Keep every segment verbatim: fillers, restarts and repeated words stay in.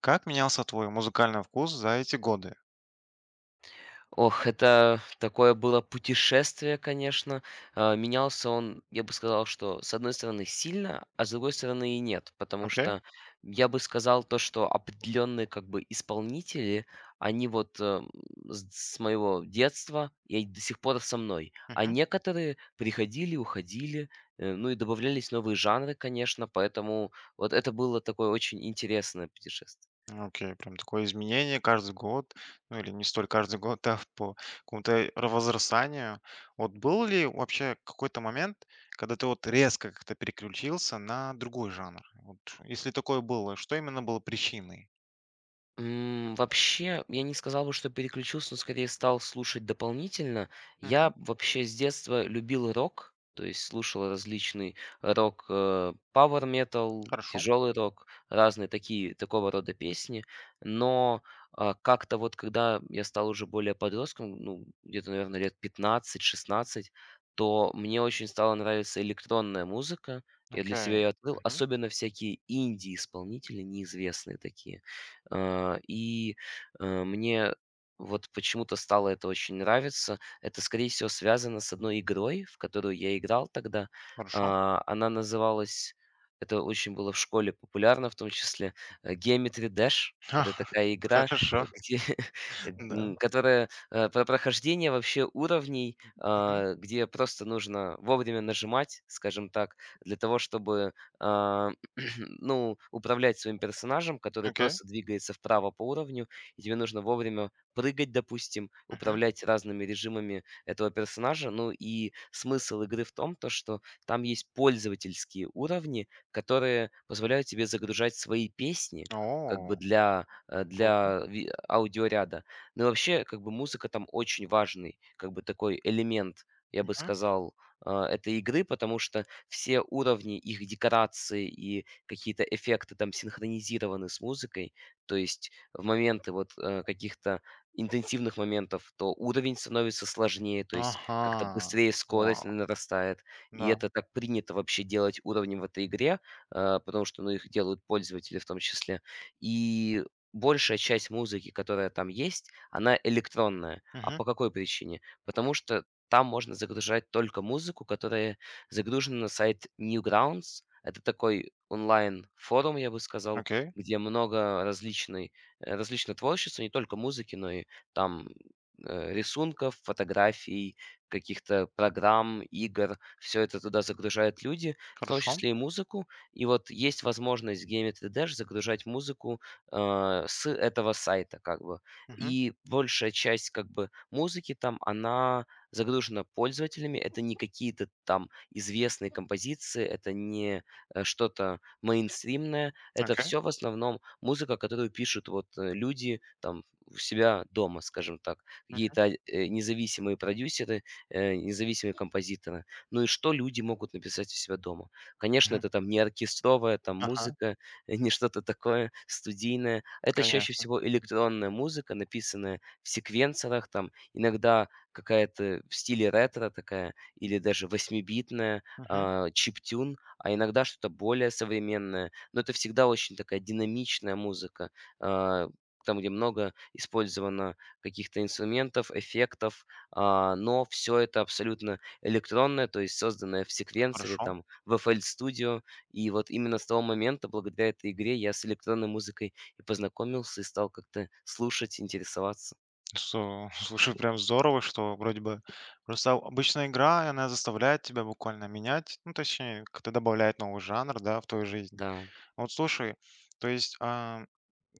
Как менялся твой музыкальный вкус за эти годы? Ох, это такое было путешествие, конечно. Э, менялся он, я бы сказал, что с одной стороны сильно, а с другой стороны и нет. Потому Окей. что я бы сказал то, что определенные как бы исполнители, они вот э, с с моего детства и до сих пор со мной. А Мгм. некоторые приходили, уходили, э, ну и добавлялись новые жанры, конечно. Поэтому вот это было такое очень интересное путешествие. Ну, окей, прям такое изменение каждый год, ну или не столь каждый год, да, по какому-то ра- возрастанию. Вот был ли вообще какой-то момент, когда ты вот резко как-то переключился на другой жанр? Вот, если такое было, что именно было причиной? М, вообще, я не сказал бы, что переключился, но скорее стал слушать дополнительно. Мгм. Я вообще с детства любил рок, то есть слушал различный рок, э, power metal, Хорошо. тяжелый рок, разные такие, такого рода песни. Но а, как-то вот когда я стал уже более подростком, ну, где-то, наверное, лет пятнадцать-шестнадцать, то мне очень стала нравиться электронная музыка. Я для Окей. себя ее открыл, Мгм. особенно всякие инди-исполнители, неизвестные такие. Э, и, э, мне вот почему-то стало это очень нравиться. Это, скорее всего, связано с одной игрой, в которую я играл тогда. Хорошо. А, она называлась это очень было в школе популярно, в том числе, э, Geometry Dash. Это такая игра, э, Хорошо. где, Да. м, которая, э, про прохождение вообще уровней, Мгм. а, где просто нужно вовремя нажимать, скажем так, для того, чтобы, а, ну, управлять своим персонажем, который Окей. просто двигается вправо по уровню, и тебе нужно вовремя прыгать, допустим, Мгм. управлять разными режимами этого персонажа. Ну и смысл игры в том, то, что там есть пользовательские уровни, которые позволяют тебе загружать свои песни как О, бы для, э, круто. для ви- э, аудиоряда. Ну и вообще, как бы музыка там очень важный, как бы такой элемент, я бы Мгм. сказал, э, этой игры, потому что все уровни, их декорации и какие-то эффекты там синхронизированы с музыкой. То есть в моменты вот э, каких-то интенсивных моментов, то уровень становится сложнее, то есть как-то Ага. быстрее скорость Вау. нарастает. И Да. это так принято вообще делать уровнем в этой игре, э, потому что ну, их делают пользователи в том числе. И большая часть музыки, которая там есть, она электронная. А Мгм. по какой причине? Потому что там можно загружать только музыку, которая загружены на сайт Newgrounds. Это такой онлайн-форум, я бы сказал, Окей, где много различной, э, различного творчества, не только музыки, но и там э, рисунков, фотографий, каких-то программ, игр. Все это туда загружают люди, в том хорошо. числе и музыку. И вот есть возможность в Geometry Dash загружать музыку э, с этого сайта, как бы. Мгм. И большая часть, как бы, музыки там, она загружена пользователями. Это не какие-то там известные композиции, это не, э, что-то мейнстримное. Это Окей. все в основном музыка, которую пишут вот, э, люди там у себя дома, скажем так. Мгм. Какие-то, э, независимые продюсеры, э, независимые композиторы. Ну и что люди могут написать у себя дома? Конечно, это там не оркестровая там Ага, музыка, не что-то такое студийное. Это чаще конечно. всего электронная музыка, написанная в секвенсорах, там иногда какая-то в стиле ретро такая или даже восьмибитная битное Мгм. а, чиптюн, а иногда что-то более современное. Но это всегда очень такая динамичная музыка, а, там, где много использовано каких-то инструментов, эффектов, а, но все это абсолютно электронное, то есть созданное в секвенсоре, Хорошо. там, в F L Studio. И вот именно с того момента, благодаря этой игре, я с электронной музыкой и познакомился, и стал как-то слушать, интересоваться. Со Слушай, прям здорово, что вроде бы просто обычная игра, и она заставляет тебя буквально менять, ну, точнее, как-то добавляет новый жанр, да, в твою жизнь. Да. Вот слушай, то есть, а,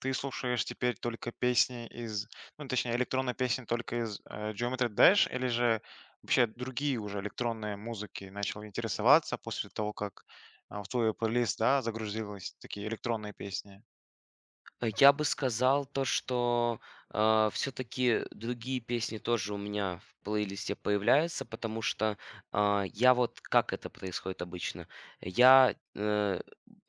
ты слушаешь теперь только песни из, ну, точнее, электронные песни только из э, Geometry Dash или же вообще другие уже электронные музыки начал интересоваться после того, как а, в твой плейлист, да, загрузились такие электронные песни? Э, я бы сказал то, что, все таки другие песни тоже у меня в плейлисте появляются, потому что, а, я вот как это происходит обычно? Я, э,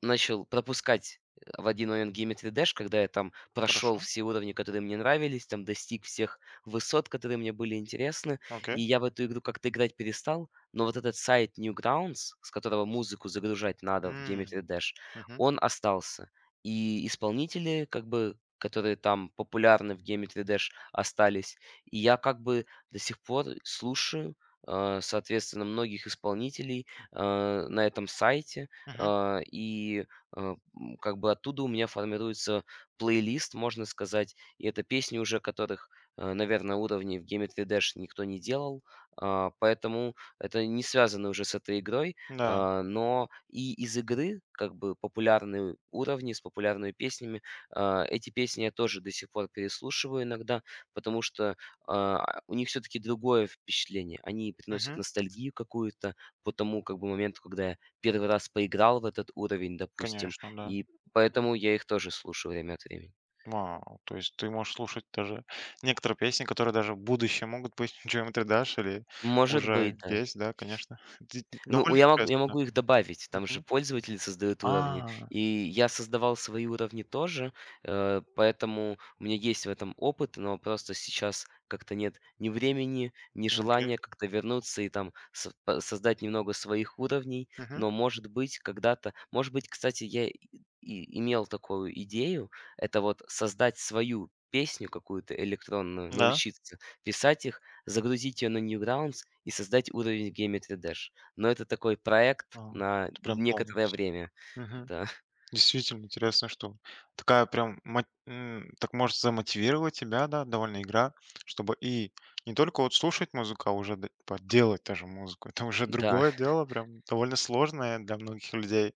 начал пропускать э, в один момент "Геометрию Dash", когда я там прошел Хорошо, все уровни, которые мне нравились, там достиг всех высот, которые мне были интересны, и окей. я в эту игру как-то играть перестал. Но вот этот сайт Newgrounds, с которого музыку загружать надо в М, "Геометрию Dash", мгм, он остался. И исполнители, как бы, которые там популярны в Game три Dash, остались. И я как бы до сих пор слушаю, э, соответственно, многих исполнителей э, на этом сайте. мгм, Э, и э, м, как бы оттуда у меня формируется плейлист, можно сказать. И это песни уже, которых, э, наверное, уровней в Game три Dash никто не делал. А, поэтому это не связано уже с этой игрой. да, А, но и из игры, как бы, популярные уровни с популярными песнями. А, эти песни я тоже до сих пор переслушиваю иногда, потому что, а, у них все таки другое впечатление. Они приносят мгм, ностальгию какую-то по тому, как бы, моменту, когда я первый раз поиграл в этот уровень, допустим, конечно, да. и М. поэтому я их тоже слушаю время от времени. Вау, то есть ты можешь слушать даже некоторые песни, которые даже в будущем могут быть Geometry Dash или Может уже быть, да. есть, да, конечно. Ди- Ну, Довольно я могу я интересно. могу их добавить. Там же пользователи создают уровни. А, И я создавал свои уровни тоже, э, поэтому у меня есть в этом опыт, но просто сейчас как-то нет ни времени, ни окей. желания как-то вернуться и там со по создать немного своих уровней. Мгм. Но, может быть, когда-то может быть, кстати, я и и имел такую идею. Это вот создать свою песню какую-то электронную, Да. научиться писать их, загрузить ее на Newgrounds и создать уровень в Geometry Dash. Но это такой проект А, на это прям некоторое полностью. время. Мгм. Да, Действительно интересно, что такая прям мо м, так может замотивировать тебя, да, довольно игра, чтобы и не только вот слушать музыку, а уже д типа делать даже музыку. Это уже да. другое дело, прям довольно сложное для многих людей.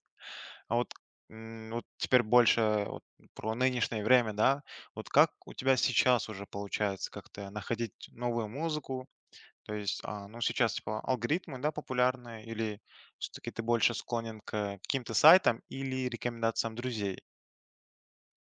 А вот, м, вот теперь больше вот про нынешнее время, да. Вот как у тебя сейчас уже получается как-то находить новую музыку? То есть, а, ну, сейчас, типа, алгоритмы, да, популярны, или все-таки ты больше склонен к каким-то сайтам или рекомендациям друзей?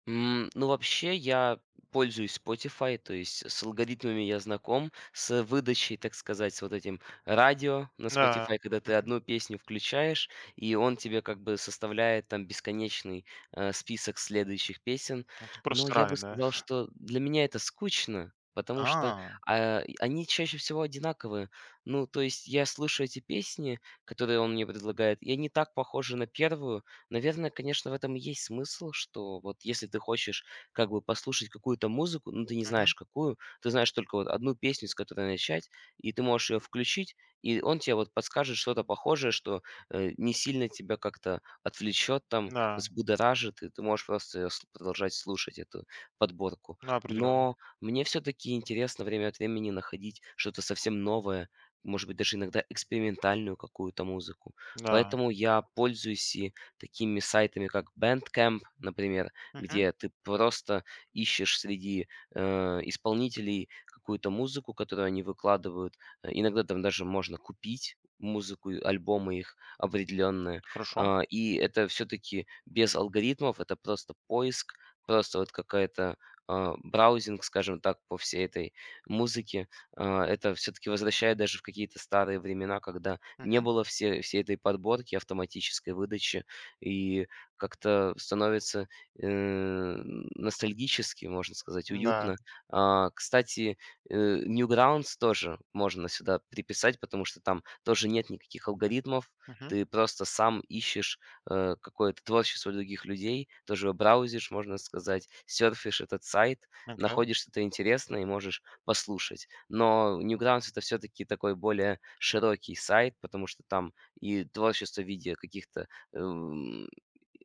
М, ну, вообще, я пользуюсь Spotify, то есть с алгоритмами я знаком, с выдачей, так сказать, с вот этим радио на Да. Spotify, когда ты Мгм. одну песню включаешь, и он тебе как бы составляет там бесконечный э, список следующих песен. Это Но просто я рай, бы да. сказал, что для меня это скучно, потому что А, а, и они чаще всего одинаковые. Ну, то есть я слышу эти песни, которые он мне предлагает, и они так похожи на первую. Наверное, конечно, в этом и есть смысл, что вот если ты хочешь как бы послушать какую-то музыку, но ты не мгм. знаешь какую, ты знаешь только вот одну песню, с которой начать, и ты можешь ее включить, и он тебе вот подскажет что-то похожее, что э, не сильно тебя как-то отвлечет, там, Да, взбудоражит, и ты можешь просто её с- продолжать слушать эту подборку. да, определенно. Но мне все-таки интересно время от времени находить что-то совсем новое, может быть, даже иногда экспериментальную какую-то музыку. Да. Поэтому я пользуюсь и такими сайтами, как Bandcamp, например, Мгм. где ты просто ищешь среди, э, исполнителей какую-то музыку, которую они выкладывают. Э, иногда там даже можно купить музыку, и альбомы их определенные. Хорошо. А, и это все-таки без алгоритмов, это просто поиск, просто вот какая-то, а, браузинг, скажем так, по всей этой музыке. А, это все-таки возвращает даже в какие-то старые времена, когда не было все всей этой подборки, автоматической выдачи и как-то становится, э, ностальгически, можно сказать, Мгм. Да. уютно. А, кстати, э, "Newgrounds" тоже можно сюда приписать, потому что там тоже нет никаких алгоритмов. Мгм. Ты просто сам ищешь, э, какое-то творчество других людей, тоже браузишь, можно сказать, серфишь этот сайт, Окей. находишь что-то интересное и можешь послушать. Но "Newgrounds" — это все таки такой более широкий сайт, потому что там и творчество в виде каких-то эм,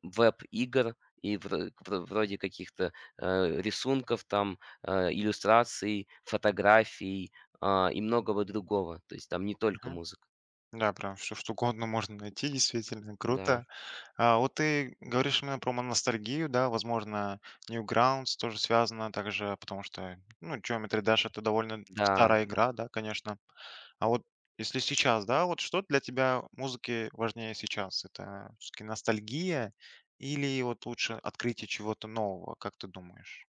веб-игр и вро вро вроде каких-то, э, рисунков там, э, иллюстраций, фотографий, а, и многого другого. То есть там не только Мгм. музыка. Да, прям всё что угодно можно найти, действительно Да, круто. А вот ты говоришь именно про мо- ностальгию, да, возможно, Newgrounds тоже связано также, потому что, ну, Geometry Dash это довольно да. старая игра, да, конечно. А вот если сейчас, да, вот что для тебя музыки важнее сейчас? Это все-таки ностальгия или вот лучше открытие чего-то нового, как ты думаешь?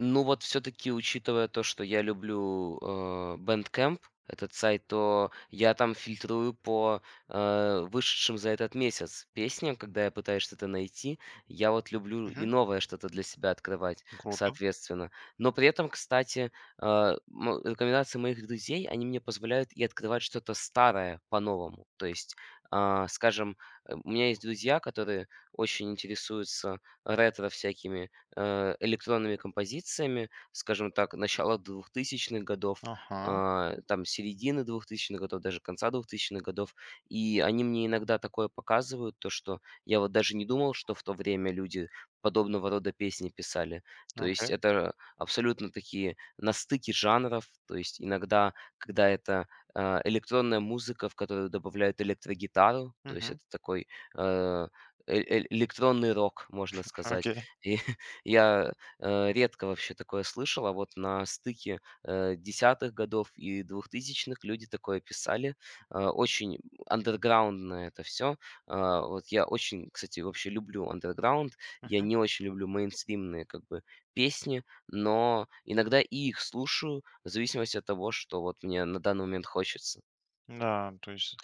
Ну вот все таки учитывая то, что я люблю, э, Bandcamp, этот сайт, то я там фильтрую по, э, вышедшим за этот месяц песням, когда я пытаюсь что-то найти. Я вот люблю и Мгм. новое что-то для себя открывать, Круто. соответственно. Но при этом, кстати, э, мо рекомендации моих друзей, они мне позволяют и открывать что-то старое по-новому. То есть, а, скажем, э, у меня есть друзья, которые очень интересуются ретро всякими э, электронными композициями, скажем так, начала двухтысячных годов, Ага, а, там середины двухтысячных годов, даже конца двухтысячных годов. И они мне иногда такое показывают, то что я вот даже не думал, что в то время люди подобного рода песни писали. То есть окей. это абсолютно такие на стыке жанров. То есть иногда, когда это а, электронная музыка, в которую добавляют электрогитару, то есть Мгм. это такой э, э- э- электронный рок, можно сказать. Окей. И я, э, редко вообще такое слышал, а вот на стыке, э, десятых годов и двухтысячных люди такое писали. А, очень андерграундно это все. Вот я очень, кстати, вообще люблю андерграунд. Я не очень люблю мейнстримные как бы песни, но иногда и их слушаю в зависимости от того, что вот мне на данный момент хочется. Да, то есть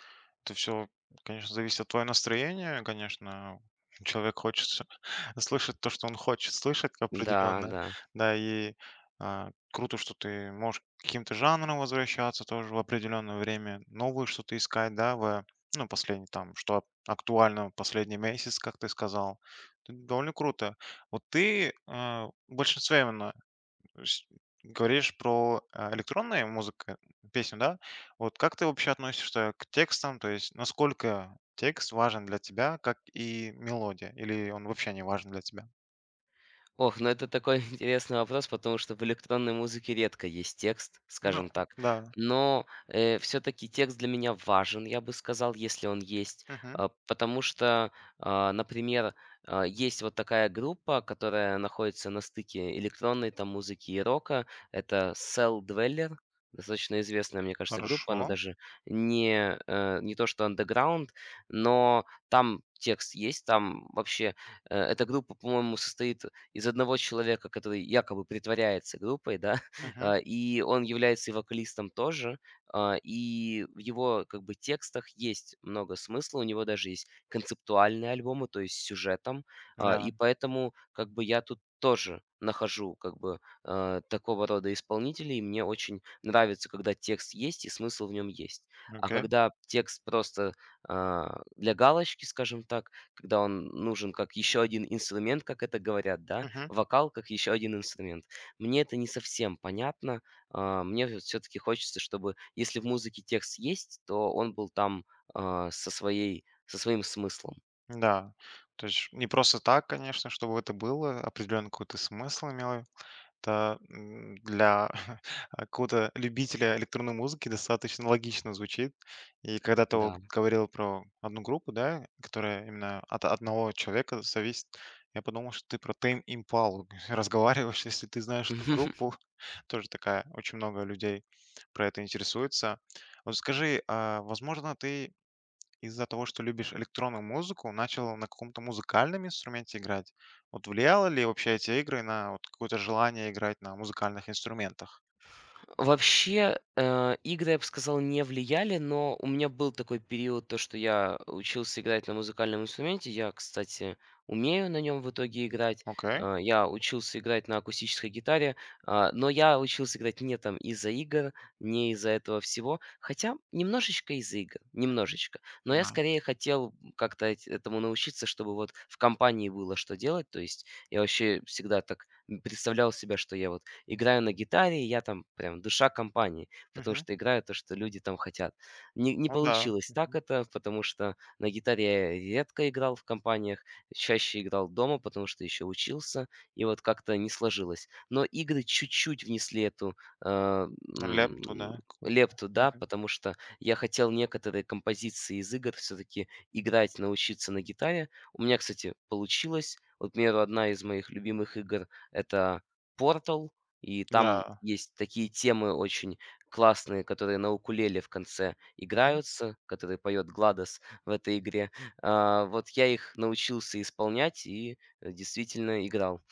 это все, конечно, зависит от твоего настроения, конечно. Человек хочет с слышать то, что он хочет слышать Да, определенно. да. Да, и, а, круто, что ты можешь к каким-то жанрам возвращаться тоже в определенное время, новые что-то искать, да, в ну, последний там, что ак- актуально в последний месяц, как ты сказал. Это довольно круто. Вот ты, а, в большинстве именно Ш говоришь про, а, электронные музыка песню, да? Вот как ты вообще относишься к текстам? То есть насколько текст важен для тебя, как и мелодия? Или он вообще не важен для тебя? Ох, ну это такой интересный вопрос, потому что в электронной музыке редко есть текст, Ну скажем так. да. Но э, все-таки текст для меня важен, я бы сказал, если он есть. Мгм. А, потому что, а, например, а, есть вот такая группа, которая находится на стыке электронной там музыки и рока. Это Cell Dweller. Достаточно известная, мне кажется, группа. Хорошо. Она даже не, э, не то что underground, но там текст есть, там вообще Э, эта группа, по-моему, состоит из одного человека, который якобы притворяется группой, да, Мгм. а, и он является и вокалистом тоже, а, и в его как бы текстах есть много смысла, у него даже есть концептуальные альбомы, то есть с сюжетом, а, и Да. поэтому как бы я тут тоже нахожу как бы э, такого рода исполнителей, и мне очень нравится, когда текст есть и смысл в нем есть. А Окей. когда текст просто а, для галочки, скажем так, когда он нужен как еще один инструмент, как это говорят, да, Мгм. вокал как еще один инструмент. Мне это не совсем понятно. А, мне вот все-таки хочется, чтобы если в музыке текст есть, то он был там а, со своей со своим смыслом. Да. То есть не просто так, конечно, чтобы это было, определенный какой-то смысл имело. Это, м, для какого-то любителя электронной музыки достаточно логично звучит. И когда ты вот Да. говорил про одну группу, да, которая именно от одного человека зависит, я подумал, что ты про Tame Impala разговариваешь, если ты знаешь эту группу. Тоже такая, очень много людей про это интересуется. Вот скажи, а, возможно, ты из-за того, что любишь электронную музыку, начал на каком-то музыкальном инструменте играть. Вот влияло ли вообще эти игры на вот какое-то желание играть на музыкальных инструментах? Вообще, э, игры, я бы сказал, не влияли, но у меня был такой период, то, что я учился играть на музыкальном инструменте. Я, кстати, умею на нем в итоге играть. Окей, Э, я учился играть на акустической гитаре, а, но я учился играть не там из-за игр, не из-за этого всего, хотя немножечко из-за игр, немножечко. Но я да. скорее хотел как-то эт- этому научиться, чтобы вот в компании было что делать. То есть я вообще всегда так представлял себя, что я вот играю на гитаре, и я там прям душа компании, потому Мгм. что играю то, что люди там хотят. Не, не Ну да. получилось так Мгм. это, потому что на гитаре я редко играл в компаниях, чаще играл дома, потому что еще учился, и вот как-то не сложилось. Но игры чуть-чуть внесли эту а, Лепту, м, да, какую-то. лепту, да, Мгм. потому что я хотел некоторые композиции из игр все-таки играть, научиться на гитаре. У меня, кстати, получилось. Вот, к примеру, одна из моих любимых игр — это Portal. И там Да. есть такие темы очень классные, которые на укулеле в конце играются, которые поет Гладос в этой игре. А, вот я их научился исполнять и, э, действительно играл.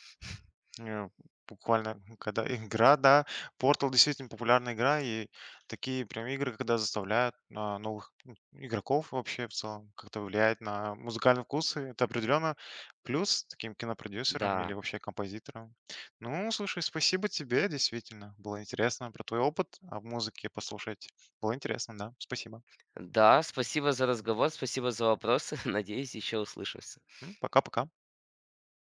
Э, буквально, когда игра, да. Portal действительно популярная игра, и такие прям игры, когда заставляют а, новых м, игроков вообще в целом как-то влиять на музыкальные вкусы, это определенно плюс таким кинопродюсерам или Да. вообще композиторам. Ну, слушай, спасибо тебе, действительно. Было интересно про твой опыт а в музыке послушать. Было интересно, да. Спасибо. Да, спасибо за разговор, спасибо за вопросы. Надеюсь, еще услышимся. М, Пока-пока.